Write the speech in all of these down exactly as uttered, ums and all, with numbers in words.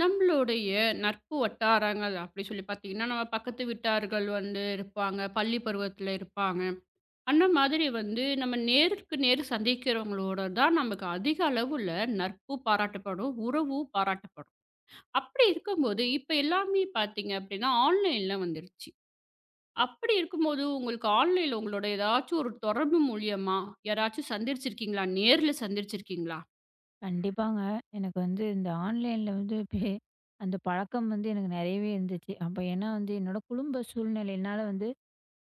நம்மளுடைய நட்பு வட்டாரங்கள் அப்படி சொல்லி பார்த்தீங்கன்னா, நம்ம பக்கத்து வீட்டார்கள் வந்து இருப்பாங்க. பள்ளி பருவத்தில இருப்பாங்க. அந்த மாதிரி வந்து நம்ம நேருக்கு நேர் சந்திக்கிறவங்களோட தான் நமக்கு அதிக அளவுல நட்பு பாராட்டப்படும். உறவு பாராட்டப்படும். அப்படி இருக்கும்போது, இப்ப எல்லாமே பார்த்தீங்க அப்படின்னா, ஆன்லைன்ல வந்துருச்சு. அப்படி இருக்கும்போது உங்களுக்கு ஆன்லைன்ல உங்களோட ஏதாச்சும் ஒரு தொடர்பு மூலியமா யாராச்சும் சந்திச்சிருக்கீங்களா? நேர்ல சந்திச்சிருக்கீங்களா? கண்டிப்பாங்க. எனக்கு வந்து இந்த ஆன்லைன்ல வந்து பே அந்த பழக்கம் வந்து எனக்கு நெறையவே இருந்துச்சு. அப்ப ஏன்னா வந்து என்னோட குடும்ப சூழ்நிலையினால வந்து,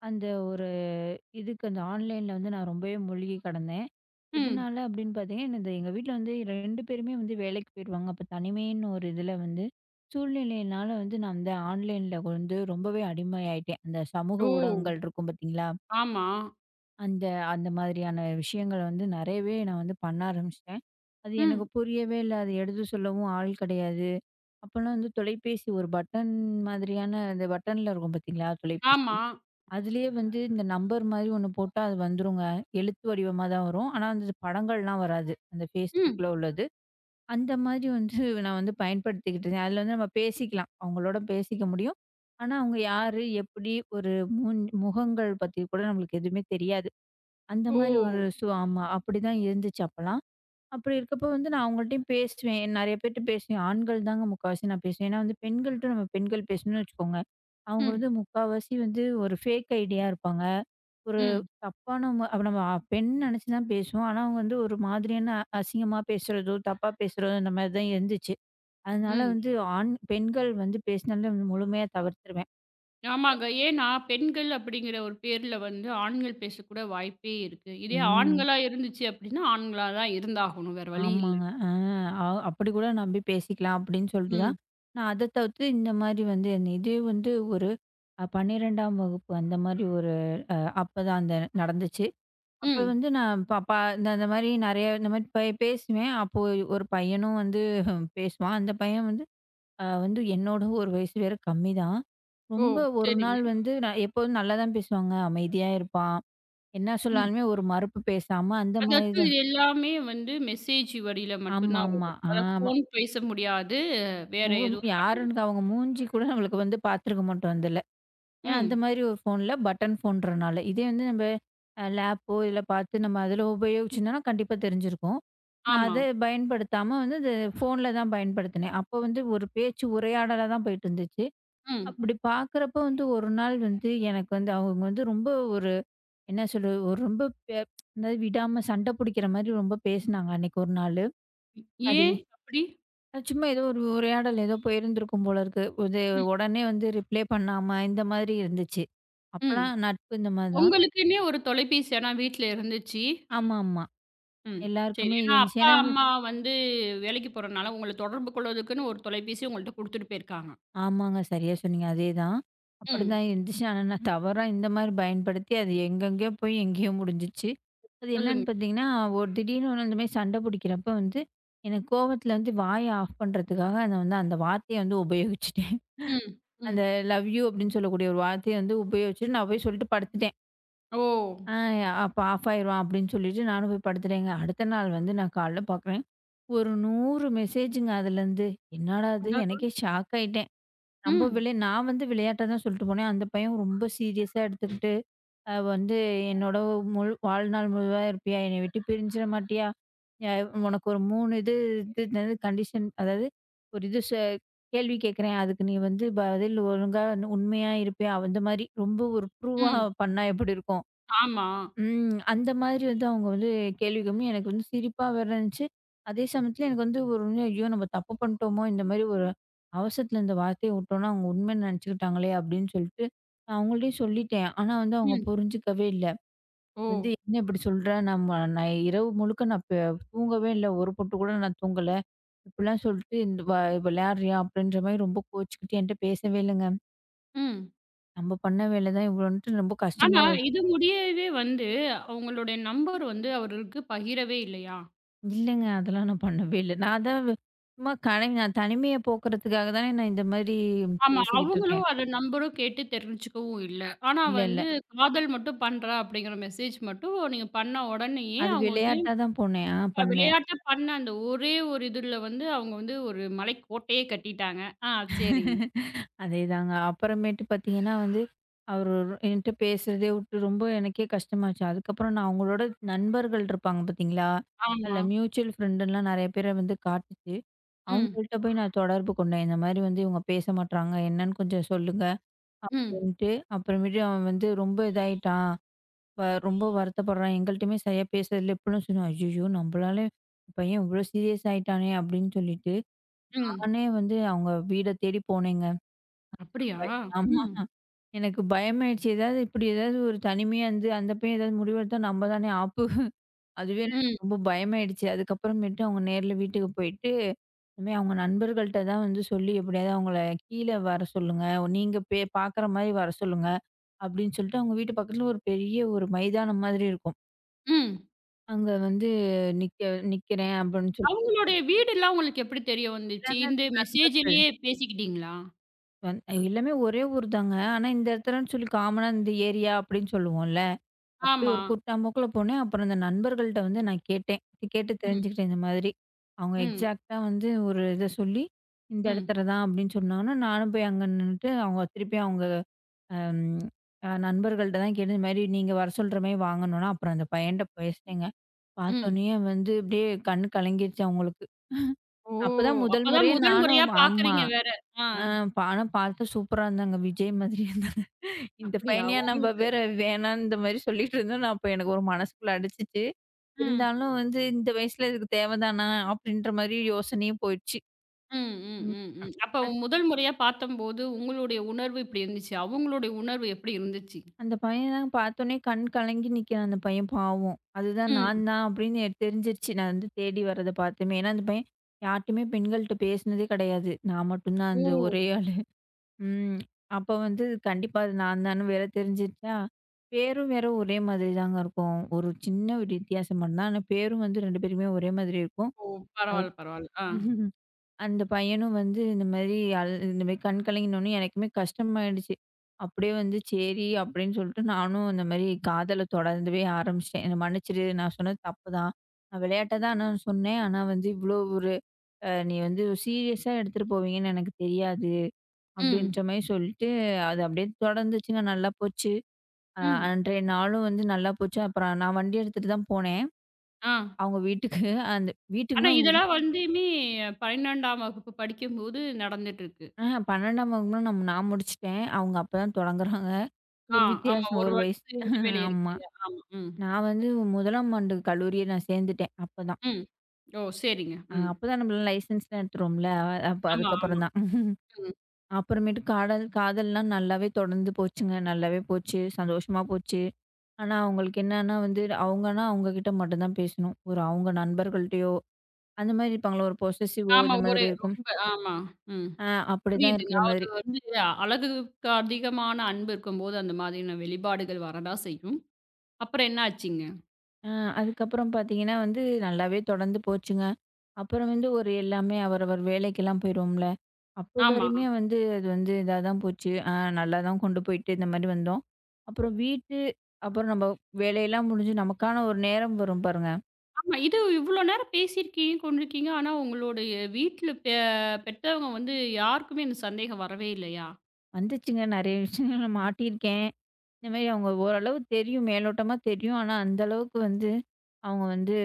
அந்த ஒரு இதுக்கு அந்த ஆன்லைன்ல வந்து நான் ரொம்பவே மூழ்கி கிடந்தேன். ம். எதனால அப்படின்னு பார்த்தீங்கன்னா, இந்த எங்க வீட்ல வந்து ரெண்டு பேருமே வந்து வேலைக்கு போயிருவாங்க. அப்ப தனிமைன்னு ஒரு இதுல வந்து சூழ்நிலையினால வந்து நான் அந்த ஆன்லைன்ல வந்து ரொம்பவே அடிமை ஆயிட்டேன். அந்த சமூக ஓ! ஊடகங்கள் இருக்கும் பார்த்தீங்களா? ஆமா. அந்த அந்த மாதிரியான விஷயங்கள் வந்து நெறையவே நான் வந்து பண்ண ஆரம்பிச்சுட்டேன். அது எனக்கு ம். புரியவே இல்ல. அது எடுத்து சொல்லவும் ஆள் கிடையாது. அப்போலாம் வந்து தொலைபேசி ஒரு பட்டன் மாதிரியான அந்த பட்டன்ல இருக்கும் பார்த்தீங்களா? தொலைபேசி. ஆமா. அதிலேயே வந்து இந்த நம்பர் மாரி ஒண்ணு போட்டா அது வந்துருங்க. எழுத்து வடிவமா தான் வரும். ஆனா வந்து படங்கள்லாம் வராது. அந்த ம். Facebookல உள்ளது. அந்த மாதிரி வந்து நான் வந்து பயன்படுத்திக்கிட்டு இருந்தேன். அதில வந்து நம்ம பேசிக்கலாம். அவங்களோட பேசிக்க முடியும். ஆனா அவங்க யாரு? எப்படி? ஒரு மூஞ் முகங்கள் பத்தி கூட நம்மளுக்கு எதுவுமே தெரியாது. அந்த ஓ! மாரி ஒரு சூ ஆமா. அப்படிதான் இருந்துச்சு அப்பலாம். அப்படி இருக்கப்போ வந்து நான் அவங்கள்ட்டயும் பேசுவேன். நெறைய பேர்ட்ட பேசுவேன். ஆண்கள் தாங்க முக்காவாசி நான் பேசுவேன். ஏன்னா வந்து பெண்கள்ட்ட நம்ம பெண்கள் பேசணும்னு வச்சுக்கோங்க, அவங்க ம், வந்து முக்காவாசி வந்து ஒரு ஃபேக் ஐடியா இருப்பாங்க. ஒரு ம், தப்பான ம அப்ப நம்ம அ- பெண் நெனச்சு தான் பேசுவோம். ஆனா அவங்க வந்து ஒரு மாதிரியான அ- அசிங்கமா பேசுறதோ, தப்பா பேசுறதோ இந்த மாரி தான் இருந்துச்சு. அதனால ம். வந்து ஆண் பெண்கள் வந்து பேசினாலே வந்து முழுமையா தவிர்த்துருவேன். ஆமாங்க. ஏன்னா பெண்கள் அப்படிங்கிற ஒரு பேர்ல வந்து ஆண்கள் பேசக்கூட வாய்ப்பே இருக்கு. இதே ம். ஆண்களா இருந்துச்சு அப்படின்னா, ஆண்களா தான் இருந்தாகணும். வேற வழி இல்ல. ஆமாங்க. ஆ அ அப்படி கூட நம்பி பேசிக்கலாம் அப்படின்னு சொல்லிட்டு தான், ம், நான் அத தவிர்த்து இந்த மாரி வந்து என்ன இதே வந்து ஒரு அ பன்னிரெண்டாம் வகுப்பு அந்த மாரி ஒரு அப்பதான் அந்த நடந்துச்சு. அப்ப ம். வந்து நான் ப ப இந்த இந்த மாரி நெறைய இந்த மாரி பே பேசுவேன். அப்போ ஒரு பையனும் வந்து பேசுவான். அந்த பையன் வந்து அ வந்து என்னோட ஒரு வயசு வேற கம்மி தான். ஓ! ரொம்ப ஒரு சரிங்க. நாள் வந்து நான் எப்போதும் நல்லா தான் பேசுவாங்க. அமைதியா இருப்பான். என்ன ம். சொன்னாலுமே ஒரு மறுப்பு பேசாம அந்த மாரி அதாச்சும் இது தான். எல்லாமே வந்து மெசேஜ் வழியில மட்டும் தான் ஆமாமா. வரும். ஆ அதாவது ஃபோன் பேச முடியாது. வேற முகம் எதுவும் பண்ண முடியாது. யாருன்னு அவங்க மூஞ்சி கூட நம்மளுக்கு வந்து பார்த்துருக்க மாட்டோம் அதுல. ஏன்னா அந்த ம். மாதிரி ஒரு ஃபோன்ல பட்டன் ஃபோன்றனால. இதே வந்து நம்ம அ லேப்போ இல்ல பார்த்து நம்ம அதுல உபயோகிச்சிருந்தோம்னா கண்டிப்பா தெரிஞ்சிருக்கும். நான் ஆமா. அத பயன்படுத்தாம வந்து இந்த ஃபோன்ல தான் பயன்படுத்தினேன். அப்போ வந்து ஒரு பேச்சு உரையாடலா தான் போயிட்டு இருந்துச்சு. ம். அப்படி பார்க்குறப்ப வந்து ஒரு நாள் வந்து எனக்கு வந்து அவங்க வந்து ரொம்ப ஒரு என்ன சொல்றது? ஒரு ரொம்ப பே அதாவது விடாம சண்டை பிடிக்கிற மாதிரி ரொம்ப பேசினாங்க அன்னைக்கு ஒரு நாளு. அது ஏன் அப்படி? அது சும்மா ஏதோ ஒரு உரையாடல் ஏதோ போயிருந்திருக்கும் போல இருக்கு. இது ம், உடனே வந்து ரிப்ளை பண்ணாம இந்த மாதிரி இருந்துச்சு. ம். அப்பலாம் நட்பு இந்த மாரி தான். உங்களுக்குன்னே ஒரு தொலைபேசி ஆனா வீட்ல இருந்துச்சு. ஆமாமா. ம். சரி. எல்லாருக்குமே ஏன்னா இருந்துச்சு. அப்பா, ஏன்னா அது அம்மா வந்து வேலைக்கு போறனால, உங்கள தொடர்பு கொள்வதற்குன்னு ஒரு தொலைபேசிய உங்கள்ட்ட குடுத்துட்டு போயிருக்காங்க. ஆமாங்க. சரியா சொன்னீங்க. அதேதான். ம். அப்படிதான் இருந்துச்சு. ஆனா நான் தவறா இந்த மாரி பயன்படுத்தி அது எங்கெங்கேயோ போய் எங்கேயோ முடிஞ்சிச்சு. அது என்னன்னு சொல்லுங்க. பார்த்தீங்கன்னா, ஒரு திடீர்னு ஒண்ணு இந்த மாரி சண்டை பிடிக்கிறப்ப வந்து எனக்கு கோவத்துல வந்து வாய ஆஃப் பண்றதுக்காக அத வந்து அந்த வார்த்தைய வந்து உபயோகிச்சுட்டேன். ம். ம். அந்த லவ் யூ அப்படின்னு சொல்லக்கூடிய ஒரு வார்த்தைய வந்து உபயோகிச்சுட்டு நான் போய் சொல்லிட்டு படுத்துட்டேன். ஓ! ஆ அப்ப ஆஃப் ஆயிரும் அப்படின்னு சொல்லிட்டு நானும் போய் படுத்துட்டேங்க. அடுத்த நாள் வந்து நான் காலைல பார்க்குறேன். ஒரு நூறு மெசேஜுங்க அதுலேருந்து. என்னடா இது! அடடா! எனக்கே ஷாக் ஆயிட்டேன். நம்ம ம். விளை நான் வந்து விளையாட்டா தான் சொல்லிட்டு போனேன். அந்த பையன் ரொம்ப சீரியஸா எடுத்துக்கிட்டு, அ வந்து என்னோட முழு வாழ்நாள் முழுவா இருப்பியா? என்னை விட்டு பிரிஞ்சிட மாட்டியா? அ உனக்கு ஒரு மூணு இது இது என்னது கண்டிஷன் அதாவது ஒரு இது ச கேள்வி கேட்குறேன். அதுக்கு நீ வந்து பதில் ஒழுங்கா உண்மையா இருப்பியா? அந்த மாரி ரொம்ப ஒரு ப்ரூவா ம். பண்ணா எப்படி இருக்கும்? ஆமா. ம். அந்த மாதிரி வந்து அவங்க வந்து கேள்வி கேட்கும்போது எனக்கு வந்து சிரிப்பா வேற இருந்துச்சு. அதே சமயத்துல எனக்கு வந்து ஒரு உண்மையா ஐயோ! நம்ம தப்பு பண்ணிட்டோமோ! இந்த மாரி ஒரு அவசரத்துல இந்த வார்த்தைய விட்டோம்னா, அவங்க உண்மைன்னு நினச்சுக்கிட்டாங்களே! அப்படின்னு சொல்லிட்டு, நான் அவங்கள்ட்டயும் சொல்லிட்டேன். ஆனா வந்து அவங்க ம். புரிஞ்சுக்கவே இல்ல. ஓ! வந்து என்ன இப்படி சொல்ற? நம்ம நான் இரவு முழுக்க நான் ப தூங்கவே இல்ல. ஒரு பொட்டு கூட நான் தூங்கல. இப்படிலாம் சொல்லிட்டு இந்த வ விளையாடுறியா? அப்படின்ற மாரி ரொம்ப கோச்சுக்கிட்டு என்ட்ட பேசவே இல்லங்க. ம். நம்ம பண்ண வேலை தான் இவ்வளோன்ட்டு ரொம்ப கஷ்டமா ஆனா, இது முடியவே வந்து அவங்களுடைய நம்பர் வந்து அவருக்கு பகிரவே இல்லையா? இல்லங்க. அதெல்லாம் நான் பண்ணவே இல்ல. நான் அதான் வ் சும்மா கனை நான் தனிமைய போக்குறதுக்காக தானே நான் இந்த மாரி ஆமா. பேசிக்கிட்டு அவங்களும் இருக்கேன். அந்த நம்பரும் கேட்டு தெரிஞ்சுக்கவும் இல்ல. ஆனா இல்ல, இல்ல. வந்து, காதல் மட்டும் பண்றேன் அப்படிங்கிற மெசேஜ் மட்டும் நீங்க பண்ண உடனேயே அது அவங்க வந்து விளையாட்டா தான் போனேன். ஆ அ பண்ணேன். விளையாட்டா பண்ண அந்த ஒரே ஒரு இதுல வந்து அவங்க வந்து ஒரு மலைக்கோட்டையே கட்டிட்டாங்க. ஆ சரிங்க. அதேதாங்க. அப்புறமேட்டு பார்த்தீங்கன்னா வந்து, அவரு என்ட்ட பேசுறதே விட்டு ரொம்ப எனக்கே கஷ்டமாச்சு. அதுக்கப்புறம் நான் அவங்களோட நண்பர்கள் இருப்பாங்க பார்த்தீங்களா? அதில ஆமா. மியூச்சுவல் ஃப்ரெண்டுலாம் நெறைய பேர வந்து காட்டுச்சு. ம், அவங்கள்ட்ட போய் நான் தொடர்பு கொண்டேன். இந்த மாரி வந்து இவங்க பேச மாட்றாங்க. என்னன்னு கொஞ்சம் சொல்லுங்க. ம், அப்படின்ட்டு. அப்புறமேட்டு அவன் வந்து ரொம்ப இதாயிட்டான். வ ரொம்ப வருத்தப்படுறான். எங்கள்ட்டயுமே சரியா பேசுறதில்ல. இப்படிலாம் சொன்னேன். ஐயய்யோ! நம்மளால பையன் இவ்ளோ சீரியஸ் ஆயிட்டானே அப்படின்னு சொல்லிட்டு, ம். நானே வந்து அவங்க வீட தேடி போனேங்க. அப்படியா? பய ஆமா. ம், எனக்கு பயமாயிடுச்சு. ஏதாவது இப்படி ஏதாவது ஒரு தனிமையா இருந்து, அந்த பையன் ஏதாவது முடிவெடுத்தா நம்ம தானே ஆப்பு. அதுவே எனக்கு ம், ரொம்ப பயமாயிடுச்சு. அதுக்கப்புறமேட்டு அவங்க நேர்ல வீட்டுக்கு போயிட்டு, இனிமே அவங்க நண்பர்கள்ட்ட தான் வந்து சொல்லி எப்படியாவது அவங்கள கீழ வர சொல்லுங்க. நீங்க பே பார்க்குற மாரி வர சொல்லுங்க அப்படின்னு சொல்லிட்டு, அவங்க வீட்டு பக்கத்துல ஒரு பெரிய ஒரு மைதானம் மாதிரி இருக்கும். ம். அங்க வந்து நிக்க நிக்கிறேன் அப்படின்னு சொல்லி அவங்களுடைய வீடுலாம் உங்களுக்கு எப்படி தெரிய வந்துச்சு? எல்லாமே இந்த நண்பர்கள். மெசேஜ்லயே பேசிக்கிட்டீங்களா? வந் எல்லாமே ஒரே ஊர் தாங்க. ஆனா இந்த இடத்துலன்னு சொல்லி காமனா இந்த ஏரியா அப்படின்னு சொல்லுவோம்ல. அப்படி ஆமா. ஒரு கூட்டாம்போக்குல போனேன். அப்புறம் இந்த நண்பர்கள்ட்ட வந்து நான் கேட்டேன். கேட்டு ம், தெரிஞ்சுக்கிட்டேன் இந்த மாதிரி. அவங்க ம், எக்ஸாக்ட்டா வந்து ஒரு இத சொல்லி, இந்த ம், இடத்துல தான் அப்படின்னு சொன்னாங்கன்னா, நானும் போய் அங்க நின்னுட்டு அவங்க திருப்பி அவங்க அம் அ நண்பர்கள்ட்ட தான் கேட்டு, இந்த மாரி நீங்க வர சொல்ற மாரி வாங்கணும்னா, அப்புறம் அந்த பையன்ட்ட பேசினேங்க. ம். பார்த்தோனயே வந்து அப்படியே கண்ணு கலங்கிருச்சு அவங்களுக்கு. ஓ! அப்பதான் முதல் அப்பதான் முறையே முதல் முறையா நானும் ஆமா. பாக்குறீங்க வேற. ஆ. அ ப ஆனா பார்த்தா சூப்பரா இருந்தாங்க. விஜய் மாதிரி இருந்தாங்க. இந்த அப்படியா? பையனையா நம்ம உங்களுக்கு வேற வேணான்னு இந்த மாரி சொல்லிட்டு இருந்தோம். நான் அப்ப எனக்கு ஒரு மனசுக்குள்ள அடிச்சுச்சு. ம், இருந்தாலும் வந்து இந்த வயசுல இதுக்கு தேவதானா? அப்படின்ற மாரி யோசனையும் போயிடுச்சு. ம், ம், ம். ம், ம். அப்ப முதல் முறையா பார்த்தம்போது உங்களுடைய உணர்வு இப்படி இருந்துச்சு. அவங்களுடைய உணர்வு எப்படி இருந்துச்சு? அந்த பையன் தான் பார்த்தோனே கண் கலங்கி நிக்கிறான் அந்த பையன் பாவம். அதுதான் நான் ம். தான் அப்படின்னு எனக்கு தெரிஞ்சிருச்சு. நான் வந்து தேடி வர்றத பார்த்துமே. ஏன்னா அந்த பையன் யார்ட்டயுமே பெண்கள்ட்ட பேசினதே கிடையாது. நான் மட்டும் தான் ஓ! அந்த ஒரே ஆளு. ம். அப்ப வந்து கண்டிப்பா அது நான் தான்னு வேற தெரிஞ்சிருச்சா, பேரும் வேற ஒரே மாதிரி தாங்க இருக்கும். ஒரு சின்ன ஒரு வித்தியாசம் மட்டும்தான். ஆனா பேரும் வந்து ரெண்டு பேருக்குமே ஒரே மாதிரி இருக்கும். ஓ! அது பரவால்ல, பரவால்ல. ஆ. அந்த பையனும் வந்து இந்த மாரி அழு இந்த மாரி கண் கலங்கினோனே எனக்குமே கஷ்டமாயிடுச்சு. அப்படியே வந்து சரி அப்படின்னு சொல்லிட்டு நானும் இந்த மாரி காதல தொடர்ந்துவே ஆரம்பிச்சுட்டேன். என்ன மன்னிச்சிடு நான் சொன்னது தப்பு தான். நான் விளையாட்டா தான் நான் சொன்னேன். ஆனா வந்து இவ்வளோ ஒரு அ நீ வந்து சீரியஸா எடுத்துட்டு போவீங்கன்னு எனக்கு தெரியாது. ம். அப்படின்ற மாரி சொல்லிட்டு, அது அப்படியே தொடர்ந்துச்சுங்க. நல்லா போச்சு. அ ம். அன்றைய நாளும் வந்து நல்லா போச்சு. அப்புறம் நான் வண்டி எடுத்துட்டு தான் போனேன். ஆ. அவங்க வீட்டுக்கு அந்த ஆனா வீட்டுக்குன்னா இதெல்லாம் வந்துமே பன்னிரண்டாம் வகுப்பு படிக்கும்போது நடந்துட்டுருக்கு. ஆஹ பன்னிரெண்டாம் வகுப்புலாம் நம் நான் முடிச்சுட்டேன். அவங்க அப்பதான் தொடங்குறாங்க. ஆ, ஒரு ஆமா. வித்தியாசம் ஒரு ஒரு வயசு. வருஷத்து இடைவெளி இருக்கு ஆமா. இல்லையா? ஆமா. ம். நான் வந்து ஒன்றாம் ஆண்டு கல்லூரிய நான் சேர்ந்துட்டேன். அப்பதான். ம். ஓ! சரிங்க. அ ம். அப்பதான் நம்மலாம் லைசன்ஸ்லாம் எடுத்துருவோம்ல. அப்ப ஆமா, ஆமா. அதுக்கப்புறம் தான். ம். அப்புறமேட்டு காடல் காதல்லாம் நல்லாவே தொடர்ந்து போச்சுங்க. நல்லாவே போச்சு. சந்தோஷமா போச்சு. ஆனா, அவங்களுக்கு என்னன்னா வந்து அவங்கன்னா அவங்க கிட்ட மட்டும் தான் பேசணும். ஒரு அவங்க நண்பர்கள்ட்டயோ, அந்த மாரி இருப்பாங்கள்ல, ஒரு பொசசிவோ ஆமா. இந்த ஒரு மாதிரி இருக்கும். ரொம்ப ஆமா. ம். ஆ அப்படிதான் புரியுதுங்க. இருக்கிற அது மாதிரி. வந்து அழகுக்கு அதிகமான அன்பு இருக்கும்போது அந்த மாதிரியான வெளிப்பாடுகள் வரதான் செய்யும். அப்புறம் என்ன ஆச்சுங்க? அ அதுக்கப்புறம் பார்த்தீங்கன்னா வந்து, நல்லாவே தொடர்ந்து போச்சுங்க. அப்புறம் வந்து ஒரு எல்லாமே அவரவர் வேலைக்கெல்லாம் போயிருவோம்ல. அப்போ ஆமா. வரையுமே வந்து அது வந்து இதா தான் போச்சு. அ நல்லா தான் கொண்டு போயிட்டு இந்த மாரி வந்தோம். அப்புறம் வீட்டு அப்புறம் நம்ம வேலையெல்லாம் முடிஞ்சு நமக்கான ஒரு நேரம் வரும் பாருங்க. ஆமா. இது இவ்ளோ நேரம் பேசியிருக்கீங்க, கொண்டிருக்கீங்க. ஆனா உங்களுடைய வீட்ல பெ பெத்தவங்க வந்து யாருக்குமே அந்த சந்தேகம் வரவே இல்லையா? வந்துச்சுங்க நெறைய விஷயங்கள் நான் மாட்டியிருக்கேன். இந்த மாரி அவங்க ஓரளவு தெரியும். மேலோட்டமா தெரியும். ஆனா, அந்த அளவுக்கு வந்து அவங்க வந்து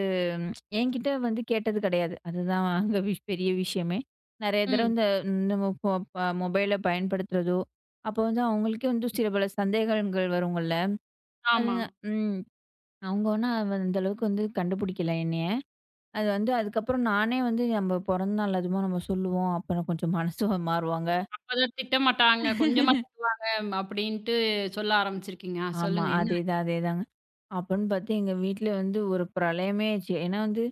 ம், என்கிட்ட வந்து கேட்டது கிடையாது. அதுதான் அங்க விஷ் பெரிய விஷயமே. நெறைய தடவ ம். இந்த நம்ம போ ப மொபைல பயன்படுத்துறதோ, அப்போ வந்து அவங்களுக்கே வந்து சில பல சந்தேகங்கள் வருங்கல்ல. அது ஆமா. ம். அவங்க ஆனா அந்த அளவுக்கு வந்து கண்டுபிடிக்கல என்னைய. அது வந்து அதுக்கப்புறம் நானே வந்து நம்ம பொறந்த நாள் அதுமோ நம்ம சொல்லுவோம். அப்புறம் கொஞ்சம் மனசு மாறுவாங்க. அப்பதான் திட்டமாட்டாங்க, கொஞ்சமா திட்டுவாங்க அப்படின்ட்டு சொல்ல ஆரம்பிச்சிருக்கீங்க. ஆ ஆமா. சொல்லுங்க என்ன ஆச்சு? அதேதான், அதேதாங்க. அப்பன்னு பார்த்து எங்க வீட்ல வந்து ஒரு பிரளயமே ஆச்சு. ஏன்னா வந்து,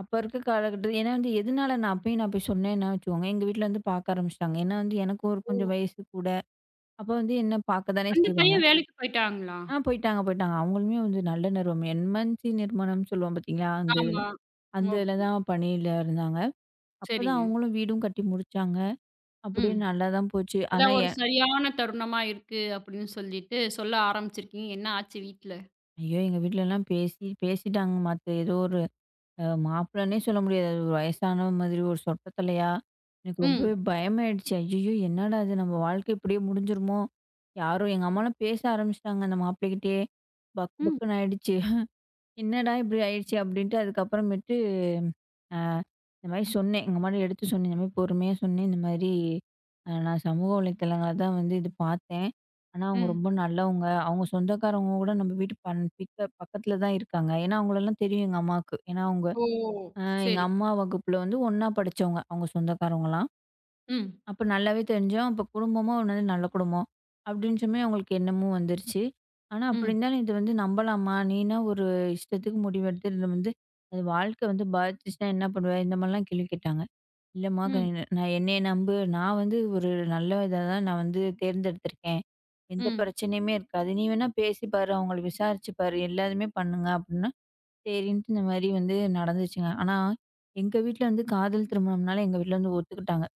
அப்ப இருக்க காலகட்டத்துல ஏன்னா வந்து எதனால நான் அப்பயும் நான் போய் சொன்னேன்னா வச்சுக்கோங்க, எங்க வீட்ல வந்து பார்க்க ஆரம்பிச்சுட்டாங்க. ஏன்னா வந்து எனக்கும் ஒரு கொஞ்சம் வயசு கூட. அப்ப வந்து என்ன பார்க்க தானே அந்த செய்வாங்க. பையன் வேலைக்கு போயிட்டாங்களா? ஆ போயிட்டாங்க, போயிட்டாங்க. அவங்களுமே வந்து நல்ல நிறுவனம். என்எம்சி நிறுவனம்னு சொல்லுவோம் பார்த்தீங்களா? அந்த இதுல. ஆமா. அந்த இதுல ஓகே. தான் பணியில இருந்தாங்க. அப்பதான் சரிங்க. அவங்களும் வீடும் கட்டி முடிச்சாங்க. அப்படியே ம். நல்லா தான் போச்சு. ஆனா அதான் ஒரு என் சரியான தருணமா இருக்கு அப்படின்னு சொல்லிட்டு சொல்ல ஆரம்பிச்சிருக்கீங்க. என்ன ஆச்சு வீட்ல? ஐயோ! எங்க வீட்லலாம் பேசி பேசிட்டாங்க. மத்த ஏதோ ஒரு அ மாப்பிள்ளன்னே சொல்ல முடியாது. அது ஒரு வயசான மாதிரி ஒரு சொட்ட தலையா. எனக்கு ரொம்பவே ம். பயமாயிடுச்சு. ஐயய்யோ! என்னடா இது நம்ம வாழ்க்கை இப்படியே முடிஞ்சிருமோ? யாரும் எங்க அம்மாலாம் பேச ஆரம்பிச்சுட்டாங்க அந்த மாப்பிள்ளைகிட்டயே. பக்கு ம். பக்குன்னு ஆயிடுச்சு. என்னடா இப்படி ஆயிடுச்சு அப்படின்ட்டு அதுக்கப்புறமேட்டு அ இந்த மாரி சொன்னேன். எங்க அம்மாட்ட எடுத்து சொன்னேன். இந்த மாரி பொறுமையா சொன்னேன். இந்த மாதிரி அ நான் சமூக வலைத்தளங்கள தான் வந்து இது பார்த்தேன். ஆனா அவங்க ம். ரொம்ப நல்லவங்க. அவங்க சொந்தக்காரவங்க கூட நம்ம வீட்டு பண் பிக்க பக்கத்தில தான் இருக்காங்க. ஏன்னா அவங்களலாம் தெரியும் எங்க அம்மாவுக்கு. ஏன்னா அவங்க ஓ! அ எங்க சரி. அம்மா வகுப்புல வந்து ஒண்ணா படிச்சவங்க. அவங்க சொந்தக்காரவங்கலாம். ம். அப்ப நல்லாவே தெரிஞ்சோம். அப்ப குடும்பமும் வந்து நல்ல குடும்பம். அப்டின்ற மாரி அவங்களுக்கு எண்ணமும் வந்துருச்சு. ஆனா அப்படி ம். இருந்தாலும் இது வந்து நம்பலாமா? நீனா ஒரு இஷ்டத்துக்கு முடிவெடுத்து இது வந்து அது வாழ்க்கை வந்து பாதிச்சுச்சுன்னா என்ன பண்ணுவ? இந்த மாரிலாம் கேள்வி கேட்டாங்க. இல்லம்மா க ம். நான் என்னைய நம்பு. நான் வந்து ஒரு நல்ல இத தான் நான் வந்து தேர்ந்தெடுத்திருக்கேன். எந்த ம். பிரச்சனையுமே இருக்காது. நீ வேணா பேசி பாரு. அவங்கள விசாரிச்சு பாரு. எல்லாதுமே பண்ணுங்க அப்டின்னா சரின்ட்டு இந்த மாரி வந்து நடந்துச்சுங்க. ஆனா, எங்க வீட்ல வந்து காதல் திருமணம்னால எங்க வீட்ல வந்து ஒத்துக்கிட்டாங்க.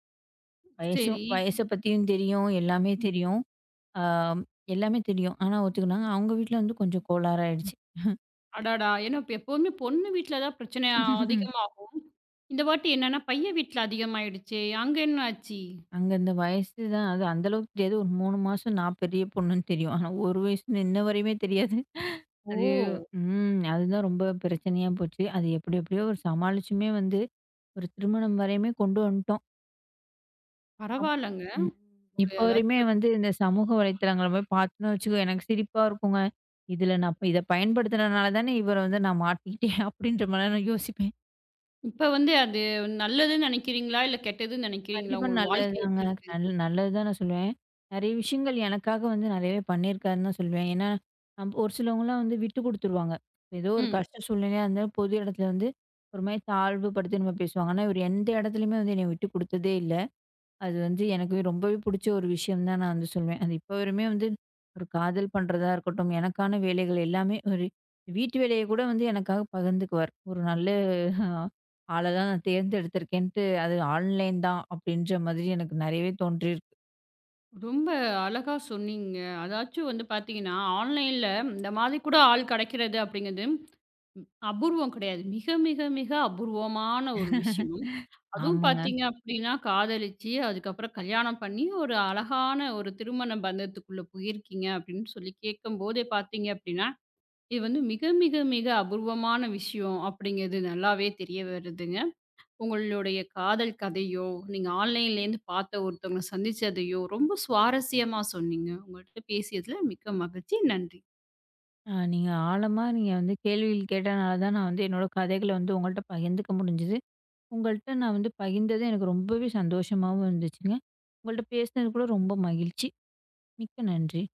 வயசும் சரி. வயச பத்தியும் தெரியும். எல்லாமே தெரியும். ஆ எல்லாமே தெரியும். ஆனா ஒத்துக்கினாங்க. அவங்க வீட்ல வந்து கொஞ்சம் கோளாறு ஆயிடுச்சு. அடடா! ஏன்னா இப்ப எப்பவுமே பொண்ணு வீட்ல தான் பிரச்சனை அதிகமா. இந்த வாட்டி என்னன்னா பையன் வீட்ல அதிகமாயிடுச்சே! அங்க என்ன ஆச்சு? அங்க இந்த வயசு தான் அது அந்த அளவுக்கு தெரியாது. ஒரு மூணு மாசம் நான் பெரிய பொண்ணுன்னு தெரியும். ஆனா, ஒரு வயசுன்னு இன்ன வரையுமே தெரியாது. அது ஓ! ம். அதுதான் ரொம்ப பிரச்சனையா போச்சு. அது எப்படி எப்படியோ ஒரு சமாளிச்சுமே வந்து ஒரு திருமணம் வரையுமே கொண்டு வந்துட்டோம். பரவால்லங்க. ம். ஒரு இப்ப வரையுமே அதாச்சும் வந்து இந்த சமூக வலைத்தளங்கள போய் பார்த்தோன்னு வச்சுக்கோ, எனக்கு சிரிப்பா இருக்குங்க. "இதுல நான் இப்ப இத பயன்படுத்துனனால தானே இவர வந்து நான் மாட்டிக்கிட்டேன்." அப்படின்ற மாரி நான் யோசிப்பேன். இப்ப வந்து அது நல்லதுன்னு நெனைக்கிறீங்களா? இல்ல கெட்டதுன்னு நெனைக்கிறீங்களா? கண்டிப்பா உங்க வாழ்க்கை நல்லதுதாங்க. எப்படி இருக்கு? நல் நல்லது தான் நான் சொல்லுவேன். நெறைய விஷயங்கள் எனக்காக வந்து நெறையவே பண்ணியிருக்காருன்னு தான் சொல்லுவேன். ஏன்னா, நம்ப ஒரு சிலவங்கலாம் வந்து விட்டு குடுத்துருவாங்க. ஏதோ ஒரு ம். கஷ்ட சூழ்நிலையா இருந்தா பொது இடத்துல வந்து ஒரு மாரி தாழ்வு படுத்தி நம்ம பேசுவாங்க. ஆனா, இவரு எந்த இடத்துலயுமே வந்து என்னைய விட்டு குடுத்ததே இல்ல. அது வந்து எனக்கு ரொம்பவே பிடிச்ச ஒரு விஷயம் தான் நான் வந்து சொல்வேன். அது இப்போ வரையுமே வந்து ஒரு காதல் பண்றதா இருக்கட்டும், எனக்கான வேலைகள் எல்லாமே ஒரு வீட்டு வேலைய கூட வந்து எனக்காக பகிர்ந்துக்குவார். ஒரு நல்ல ஆள தான் நான் தேர்ந்தெடுத்திருக்கேன்ட்டு, அது ஆன்லைன் தான் அப்படின்ற மாதிரி எனக்கு நெறையவே தோன்றியிருக்கு. ரொம்ப அழகா சொன்னீங்க. அதாச்சும் வந்து பார்த்தீங்கன்னா, ஆன்லைன்ல இந்த மாதிரி கூட ஆள் கிடைக்கிறது அப்படிங்கிறது அபூர்வம் கிடையாது. மிக மிக மிக அபூர்வமான ஒரு விஷயம். அதுவும் ஆமாங்க. பார்த்தீங்க அப்படின்னா, காதலிச்சு, அதுக்கப்புறம் கல்யாணம் பண்ணி, ஒரு அழகான ஒரு திருமண பந்தத்துக்குள்ள போயிருக்கீங்க அப்படின்னு சொல்லி கேட்கும்போதே பார்த்தீங்க அப்படின்னா, இது வந்து மிக, மிக, மிக அபூர்வமான விஷயம் அப்படிங்கிறது நல்லாவே தெரிய வருதுங்க. உங்களுடைய காதல் கதையோ, நீங்க ஆன்லைன்லேருந்து பார்த்த ஒருத்தவங்கள சந்திச்சதையோ, ரொம்ப சுவாரஸ்யமா சொன்னீங்க. உங்கள்ட்ட பேசியதுல மிக்க மகிழ்ச்சி. நன்றி. அ நீங்க ஆழமா நீங்க வந்து கேள்விகள் கேட்டனால தான் நான் வந்து என்னோட கதைகள வந்து உங்கள்ட்ட பகிர்ந்துக்க முடிஞ்சது. உங்கள்ட்ட நான் வந்து பகிர்ந்தது எனக்கு ரொம்பவே சந்தோஷமாவும் இருந்துச்சுங்க. உங்கள்ட்ட பேசினது கூட ரொம்ப மகிழ்ச்சி. மிக்க நன்றி.